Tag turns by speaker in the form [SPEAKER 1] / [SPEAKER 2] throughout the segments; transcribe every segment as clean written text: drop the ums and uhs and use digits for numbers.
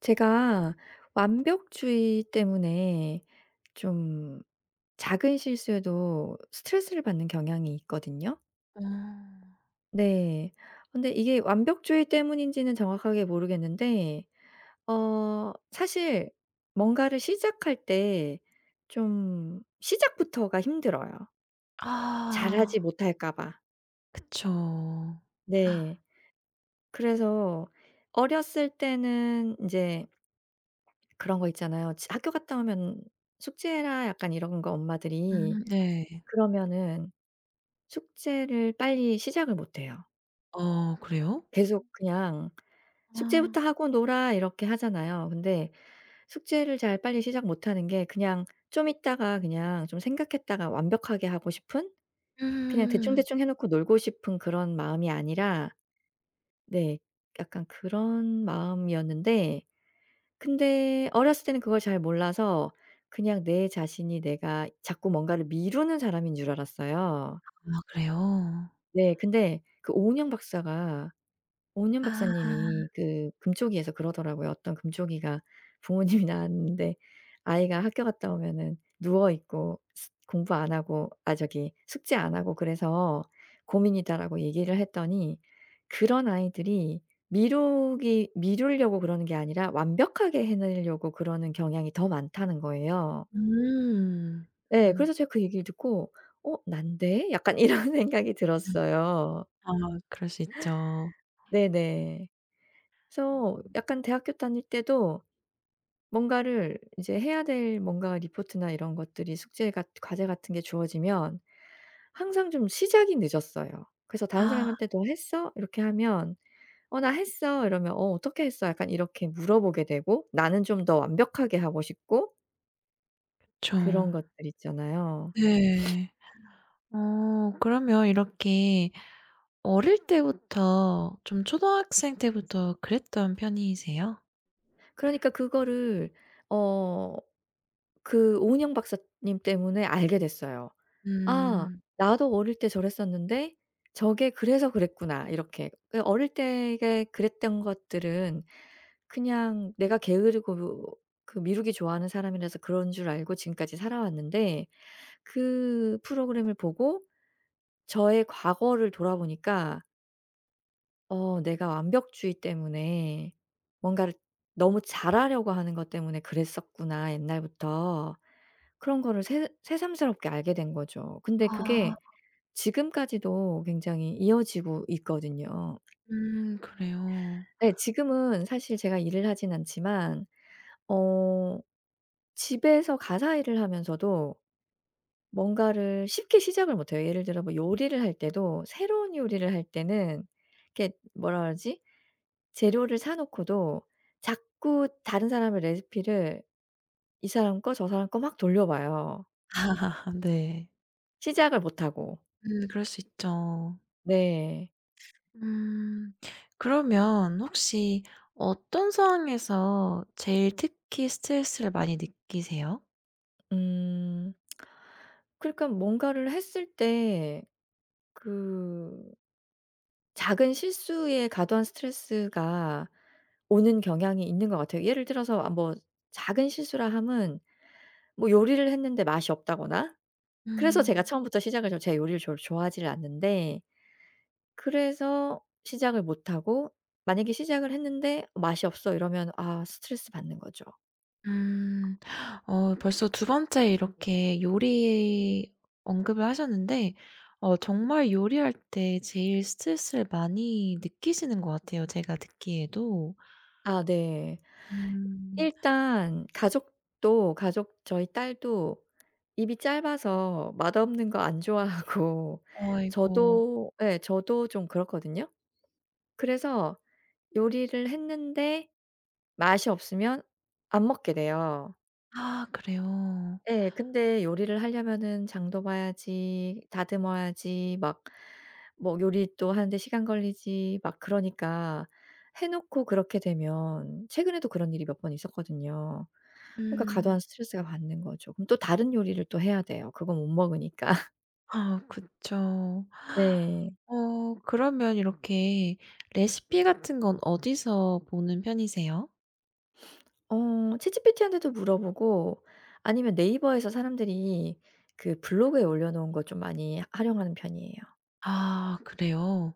[SPEAKER 1] 제가 완벽주의 때문에 좀 작은 실수에도 스트레스를 받는 경향이 있거든요.
[SPEAKER 2] 음.
[SPEAKER 1] 네. 근데 이게 완벽주의 때문인지는 정확하게 모르겠는데 사실 뭔가를 시작할 때 좀 시작부터가 힘들어요. 잘하지
[SPEAKER 2] 아,
[SPEAKER 1] 못할까 봐.
[SPEAKER 2] 그쵸.
[SPEAKER 1] 네. 그래서 어렸을 때는 이제 그런 거 있잖아요. 지 학교 갔다 오면 "숙제해라." 약간 이런 거 엄마들이.
[SPEAKER 2] 음, 네.
[SPEAKER 1] 그러면은 숙제를 빨리 시작을 못 해요.
[SPEAKER 2] 어, 그래요?
[SPEAKER 1] 계속 그냥 "숙제부터
[SPEAKER 2] 아.
[SPEAKER 1] 하고 놀아." 이렇게 하잖아요. 근데 숙제를 잘 빨리 시작 못 하는 게 그냥 좀 있다가 그냥 좀 생각했다가 완벽하게 하고 싶은, 그냥
[SPEAKER 2] 음.
[SPEAKER 1] 대충대충 해 놓고 놀고 싶은 그런 마음이 아니라 네 약간 그런 마음이었는데, 근데 어렸을 때는 그걸 잘 몰라서 그냥 내 자신이 내가 자꾸 뭔가를 미루는 사람인 줄 알았어요.
[SPEAKER 2] 아, 그래요?
[SPEAKER 1] 네. 근데 그 오은영 박사가, 오은영
[SPEAKER 2] 아.
[SPEAKER 1] 박사님이 그 금쪽이에서 그러더라고요. 어떤 금쪽이가 부모님이 낳았는데 아이가 학교 갔다 오면은 누워 있고 스 공부 안 하고 아 저기 숙제 안 하고 그래서 고민이다라고 얘기를 했더니 그런 아이들이 미루기 미루려고 그러는 게 아니라 완벽하게 해내려고 그러는 경향이 더 많다는 거예요.
[SPEAKER 2] 음.
[SPEAKER 1] 예.
[SPEAKER 2] 음.
[SPEAKER 1] 그래서 제가 그 얘기를 듣고 '어 난데?' 약간 이런 생각이 들었어요.
[SPEAKER 2] 아, 그럴 수 있죠.
[SPEAKER 1] 네네. 그래서
[SPEAKER 2] 음.
[SPEAKER 1] 약간 대학교 다닐 때도 뭔가를 이제 해야 될 뭔가 리포트나 이런 것들이, 숙제 같 과제 같은 게 주어지면 항상 좀 시작이 늦었어요. 그래서 다른
[SPEAKER 2] 아,
[SPEAKER 1] 사람한테 "너 했어?" 이렇게 하면 "어 나 했어." 이러면 "어 어떻게 했어?" 약간 이렇게 물어보게 되고, 나는 좀 더 완벽하게 하고 싶고
[SPEAKER 2] 그쵸.
[SPEAKER 1] 그런 것들 있잖아요.
[SPEAKER 2] 네. 그러면 이렇게 어릴 때부터 좀 초등학생 때부터 그랬던 편이세요?
[SPEAKER 1] 그러니까 그거를 어 그 오은영 박사님 때문에 알게 됐어요. '아
[SPEAKER 2] 음.
[SPEAKER 1] 나도 어릴 때 저랬었는데 저게 그래서 그랬구나.' 이렇게. 그 어릴 때에 그랬던 것들은 그냥 내가 게으르고 그 미루기 좋아하는 사람이라서 그런 줄 알고 지금까지 살아왔는데 그 프로그램을 보고 저의 과거를 돌아보니까 어 내가 완벽주의 때문에 뭔가를 너무 잘하려고 하는 것 때문에 그랬었구나 옛날부터. 그런 거를 새 새삼스럽게 알게 된 거죠. 근데 그게
[SPEAKER 2] 아,
[SPEAKER 1] 지금까지도 굉장히 이어지고 있거든요.
[SPEAKER 2] 그래요.
[SPEAKER 1] 네. 지금은 사실 제가 일을 하진 않지만 어 집에서 가사 일을 하면서도 뭔가를 쉽게 시작을 못 해요. 예를 들어 뭐 요리를 할 때도 새로운 요리를 할 때는 이렇게 뭐라 그러지? 재료를 사 놓고도 자꾸 다른 사람의 레시피를 이 사람 거 저 사람 거 막 돌려봐요,
[SPEAKER 2] 네.
[SPEAKER 1] 시작을 못 하고.
[SPEAKER 2] 그럴 수 있죠.
[SPEAKER 1] 네.
[SPEAKER 2] 음 그러면 혹시 어떤 상황에서 제일 특히 스트레스를 많이 느끼세요?
[SPEAKER 1] 음. 그러니까 뭔가를 했을 때그 작은 실수에 과도한 스트레스가 오는 경향이 있는 것 같아요. 예를 들어서 아 뭐 작은 실수라 함은 뭐 요리를 했는데 맛이 없다거나. 그래서 제가
[SPEAKER 2] 음.
[SPEAKER 1] 처음부터 시작을, 저 제가 요리를 조 좋아하지를 않는데, 그래서 시작을 못 하고 만약에 시작을 했는데 "맛이 없어." 이러면 아 스트레스 받는 거죠.
[SPEAKER 2] 음. 벌써 두 번째 이렇게 요리 언급을 하셨는데 정말 요리할 때 제일 스트레스를 많이 느끼시는 것 같아요, 제가 듣기에도.
[SPEAKER 1] 아 네.
[SPEAKER 2] 음.
[SPEAKER 1] 일단 가족도 가족 저희 딸도 입이 짧아서 맛없는 거 안 좋아하고
[SPEAKER 2] 아이고.
[SPEAKER 1] 저도 예 저도 좀 그렇거든요. 그래서 요리를 했는데 맛이 없으면 안 먹게 돼요.
[SPEAKER 2] 아, 그래요.
[SPEAKER 1] 예. 근데 요리를 하려면은 장도 봐야지, 다듬어야지, 막 뭐 요리 또 하는데 시간 걸리지, 막 그러니까 해 놓고 그렇게 되면, 최근에도 그런 일이 몇 번 있었거든요. 그러니까 과도한
[SPEAKER 2] 음.
[SPEAKER 1] 스트레스가 받는 거죠. 그럼 또 다른 요리를 또 해야 돼요. 그건 못 먹으니까.
[SPEAKER 2] 아, 그쵸.
[SPEAKER 1] 네.
[SPEAKER 2] 그러면 이렇게 레시피 같은 건 어디서 보는 편이세요?
[SPEAKER 1] 어 챗GPT한테도 물어보고, 아니면 네이버에서 사람들이 그 블로그에 올려 놓은 거 좀 많이 활용하는 편이에요.
[SPEAKER 2] 아, 그래요?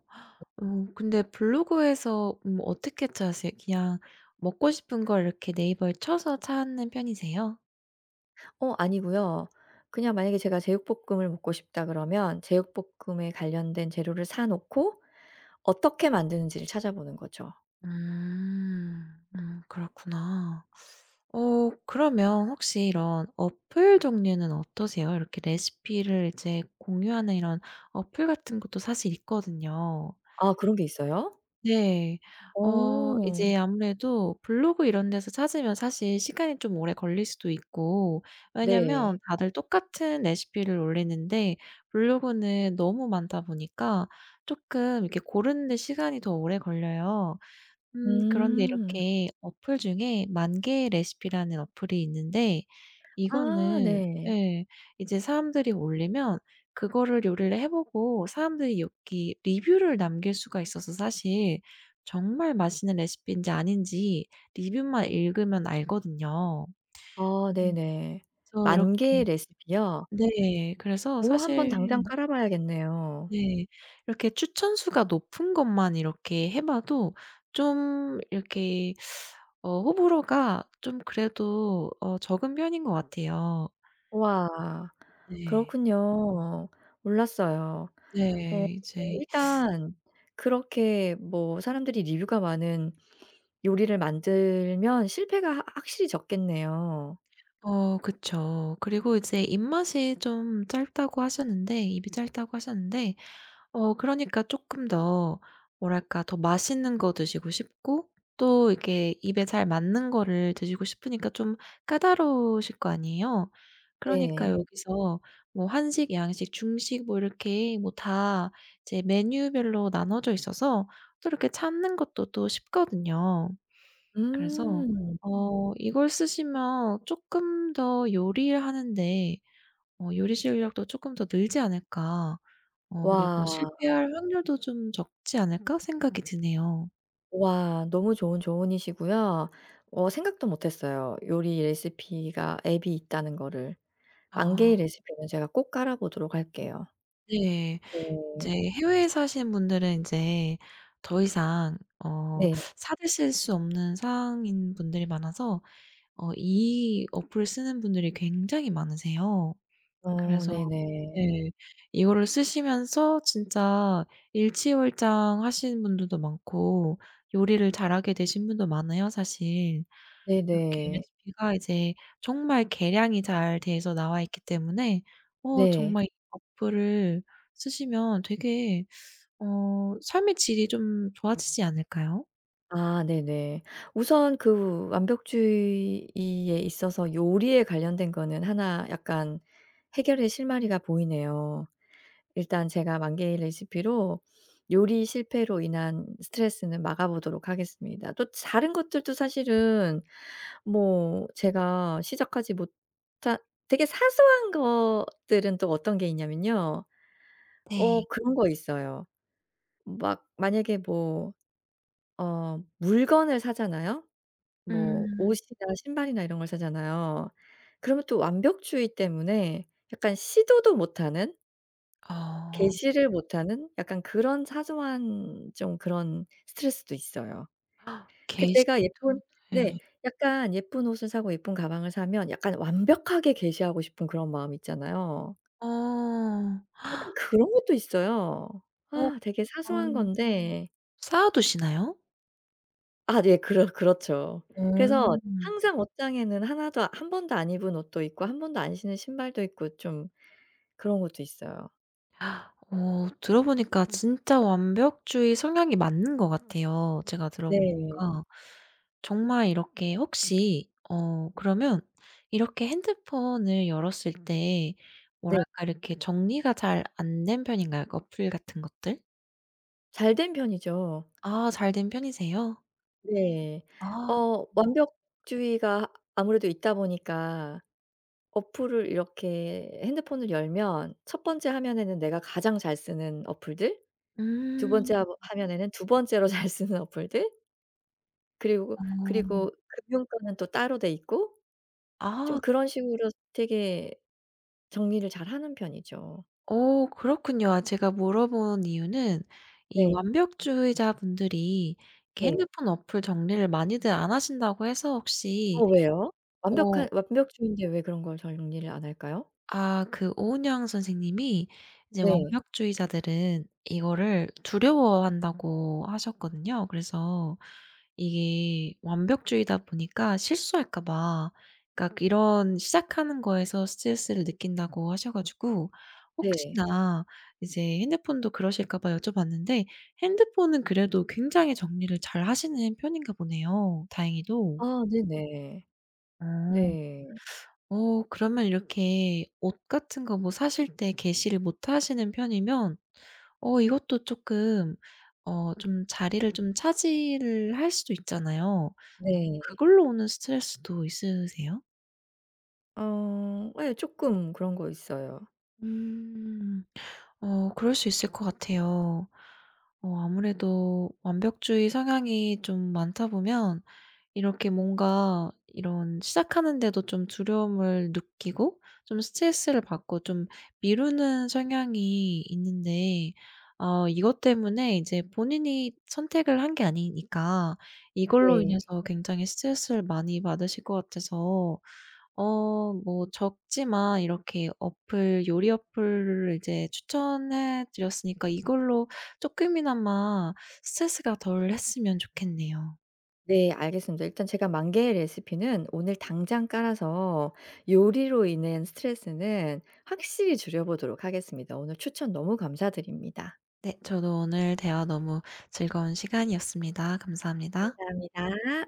[SPEAKER 2] 근데 블로그에서 어떻게 짜세요? 그냥 먹고 싶은 걸 이렇게 네이버에 쳐서 찾는 편이세요?
[SPEAKER 1] 어 아니고요. 그냥 만약에 제가 제육볶음을 먹고 싶다 그러면 제육볶음에 관련된 재료를 사 놓고 어떻게 만드는지를 찾아보는 거죠.
[SPEAKER 2] 음. 음, 그렇구나. 그러면 혹시 이런 어플 종류는 어떠세요? 이렇게 레시피를 이제 공유하는 이런 어플 같은 것도 사실 있거든요.
[SPEAKER 1] 아 그런 게 있어요?
[SPEAKER 2] 네.
[SPEAKER 1] 어
[SPEAKER 2] 이제 아무래도 블로그 이런 데서 찾으면 사실 시간이 좀 오래 걸릴 수도 있고, 왜냐면
[SPEAKER 1] 네.
[SPEAKER 2] 다들 똑같은 레시피를 올리는데 블로그는 너무 많다 보니까 쪼끔 이렇게 고르는 데 시간이 더 오래 걸려요. 그런데
[SPEAKER 1] 음.
[SPEAKER 2] 이렇게 어플 중에 만개 레시피라는 어플이 있는데,
[SPEAKER 1] 아
[SPEAKER 2] 이거는
[SPEAKER 1] 네.
[SPEAKER 2] 예, 이제 사람들이 올리면 그거를 요리를 해 보고 사람들이 여기 리뷰를 남길 수가 있어서 사실 정말 맛있는 레시피인지 아닌지 리뷰만 읽으면 알거든요.
[SPEAKER 1] 아
[SPEAKER 2] 음.
[SPEAKER 1] 네네.
[SPEAKER 2] 그래서
[SPEAKER 1] 만
[SPEAKER 2] 이렇게,
[SPEAKER 1] 개의 레시피요?
[SPEAKER 2] 네. 그래서
[SPEAKER 1] 오 한번
[SPEAKER 2] 사실,
[SPEAKER 1] 당장 깔아 봐야겠네요.
[SPEAKER 2] 네. 이렇게 추천수가 높은 것만 이렇게 해 봐도 좀 이렇게 호불호가 좀 그래도 적은 편인 것 같아요.
[SPEAKER 1] 우와.
[SPEAKER 2] 네.
[SPEAKER 1] 그렇군요. 몰랐어요. 어
[SPEAKER 2] 네. 이제
[SPEAKER 1] 일단 그렇게 뭐 사람들이 리뷰가 많은 요리를 만들면 실패가 하 확실히 적겠네요.
[SPEAKER 2] 어, 그쵸. 그리고 이제 입맛이 좀 짧다고 하셨는데, 입이 짧다고 하셨는데 그러니까 쪼끔 더, 뭐랄까, 더 맛있는 거 드시고 싶고 또 이렇게 입에 잘 맞는 거를 드시고 싶으니까 좀 까다로우실 거 아니에요. 그러니까
[SPEAKER 1] 네.
[SPEAKER 2] 여기서 뭐 한식, 양식, 중식 뭐 이렇게 뭐 다 이제 메뉴별로 나눠져 있어서 또 이렇게 찾는 것도 또 쉽거든요. 그래서
[SPEAKER 1] 음.
[SPEAKER 2] 이걸 쓰시면 쪼끔 더 요리를 하는데 요리 실력도 쪼끔 더 늘지 않을까, 그리고
[SPEAKER 1] 와.
[SPEAKER 2] '실패할 확률도 좀 적지 않을까?' 생각이 드네요.
[SPEAKER 1] 와 너무 좋은 조언이시고요. 어 생각도 못 했어요. 요리 레시피가 앱이 있다는 거를. 만 개의
[SPEAKER 2] 아,
[SPEAKER 1] 레시피는 제가 꼭 깔아 보도록 할게요.
[SPEAKER 2] 네. 이제
[SPEAKER 1] 네.
[SPEAKER 2] 해외에 사시는 분들은 인제 더 이상 어
[SPEAKER 1] 네.
[SPEAKER 2] 사 드실 수 없는 사항인 분들이 많아서 이 어플을 쓰는 분들이 굉장히 많으세요.
[SPEAKER 1] 어
[SPEAKER 2] 그래서,
[SPEAKER 1] 네네.
[SPEAKER 2] 네. 이거를 쓰시면서 진짜 일취월장 하시는 분들도 많고, 요리를 잘하게 되신 분도 많아요, 사실. 이렇게
[SPEAKER 1] 네네.
[SPEAKER 2] 레시피가 이제 정말 계량이 잘 돼서 나와 있기 때문에
[SPEAKER 1] 네.
[SPEAKER 2] 정말 이 어플을 쓰시면 되게 삶의 질이 좀 좋아지지 않을까요?
[SPEAKER 1] 아 네네. 우선 그 완벽주의에 있어서 요리에 관련된 거는 하나 약간 해결의 실마리가 보이네요. 일단 제가 만개의 레시피로 요리 실패로 인한 스트레스는 막아 보도록 하겠습니다. 또 다른 것들도 사실은 뭐 제가 시작하지 못한 되게 사소한 것들은 또 어떤 게 있냐면요. 어
[SPEAKER 2] 네.
[SPEAKER 1] 그런 거 있어요. 막 만약에 뭐 어 물건을 사잖아요? 뭐
[SPEAKER 2] 음.
[SPEAKER 1] 옷이나 신발이나 이런 걸 사잖아요. 그러면 또 완벽주의 때문에 약간 시도도 못하는,
[SPEAKER 2] 어,
[SPEAKER 1] 개시를 못하는 약간 그런 사소한 좀 그런 스트레스도 있어요. 그
[SPEAKER 2] 게시도.
[SPEAKER 1] 내가 예쁜
[SPEAKER 2] 네.
[SPEAKER 1] 네. 약간 예쁜 옷을 사고 예쁜 가방을 사면 약간 완벽하게 개시하고 싶은 그런 마음 있잖아요.
[SPEAKER 2] 어.
[SPEAKER 1] 약간 그런 것도 있어요.
[SPEAKER 2] 어
[SPEAKER 1] 아 되게 사소한
[SPEAKER 2] 그럼
[SPEAKER 1] 건데.
[SPEAKER 2] 쌓아 두시나요?
[SPEAKER 1] 아 네. 그렇죠.
[SPEAKER 2] 어.
[SPEAKER 1] 그래서 항상 옷장에는 하나도 아, 한 번도 안 입은 옷도 있고 한 번도 안 신은 신발도 있고 좀 그런 것도 있어요.
[SPEAKER 2] 들어보니까 진짜 완벽주의 성향이 맞는 것 같아요, 제가
[SPEAKER 1] 네.
[SPEAKER 2] 들어보니까. 정말 이렇게 혹시, 그러면 이렇게 핸드폰을 열었을 때
[SPEAKER 1] 네.
[SPEAKER 2] 뭐랄까 이렇게 정리가 잘 안 된 편인가요? 그 어플 같은 것들?
[SPEAKER 1] 잘 된 편이죠.
[SPEAKER 2] 아, 잘 된 편이세요?
[SPEAKER 1] 네.
[SPEAKER 2] 아.
[SPEAKER 1] 어 완벽주의가 아무래도 있다 보니까 어플을 이렇게, 핸드폰을 열면 첫 번째 화면에는 내가 가장 잘 쓰는 어플들, 두
[SPEAKER 2] 음.
[SPEAKER 1] 번째 화 화면에는 두 번째로 잘 쓰는 어플들, 그리고
[SPEAKER 2] 어.
[SPEAKER 1] 금융권은 또 따로 돼 있고
[SPEAKER 2] 아.
[SPEAKER 1] 좀 그런 식으로 되게 정리를 잘하는 편이죠.
[SPEAKER 2] 어, 그렇군요. 아, 제가 물어본 이유는 이
[SPEAKER 1] 네.
[SPEAKER 2] 완벽주의자분들이 이렇게
[SPEAKER 1] 네.
[SPEAKER 2] 핸드폰 어플 정리를 많이들 안 하신다고 해서 혹시.
[SPEAKER 1] 어 왜요?
[SPEAKER 2] 어.
[SPEAKER 1] 완벽한 완벽주의인데 왜 그런 걸 정리를 안 할까요?
[SPEAKER 2] 아, 그 오은영 선생님이 이제
[SPEAKER 1] 네.
[SPEAKER 2] 완벽주의자들은 이거를 두려워한다고 하셨거든요. 그래서 이게 완벽주의다 보니까 실수할까 봐, 그러니까 이런 시작하는 거에서 스트레스를 느낀다고 하셔 가지고
[SPEAKER 1] 네.
[SPEAKER 2] 혹시나 이제 핸드폰도 그러실까 봐 여쭤봤는데, 핸드폰은 그래도 굉장히 정리를 잘 하시는 편인가 보네요, 다행히도.
[SPEAKER 1] 아 네네.
[SPEAKER 2] 어.
[SPEAKER 1] 네.
[SPEAKER 2] 그러면 이렇게 옷 같은 거 뭐 사실 때 개시를 못 하시는 편이면 이것도 조금, 좀 자리를 좀 차지를 할 수도 있잖아요.
[SPEAKER 1] 네.
[SPEAKER 2] 그걸로 오는 스트레스도 있으세요?
[SPEAKER 1] 어 예 쪼끔 그런 거 있어요.
[SPEAKER 2] 음. 어, 그럴 수 있을 것 같아요. 아무래도 완벽주의 성향이 좀 많다 보면 이렇게 뭔가 이런 시작하는 데도 좀 두려움을 느끼고 좀 스트레스를 받고 좀 미루는 성향이 있는데, 이것 때문에 이제 본인이 선택을 한 게 아니니까 이걸로
[SPEAKER 1] 네.
[SPEAKER 2] 인해서 굉장히 스트레스를 많이 받으실 것 같아서, 어 뭐 적지만 이렇게 어플 요리 어플을 이제 추천해 드렸으니까 이걸로 조금이나마 스트레스가 덜했으면 좋겠네요.
[SPEAKER 1] 네 알겠습니다. 일단 제가 만개의 레시피는 오늘 당장 깔아서 요리로 인한 스트레스는 확실히 줄여 보도록 하겠습니다. 오늘 추천 너무 감사드립니다.
[SPEAKER 2] 네, 저도 오늘 대화 너무 즐거운 시간이었습니다. 감사합니다.
[SPEAKER 1] 감사합니다.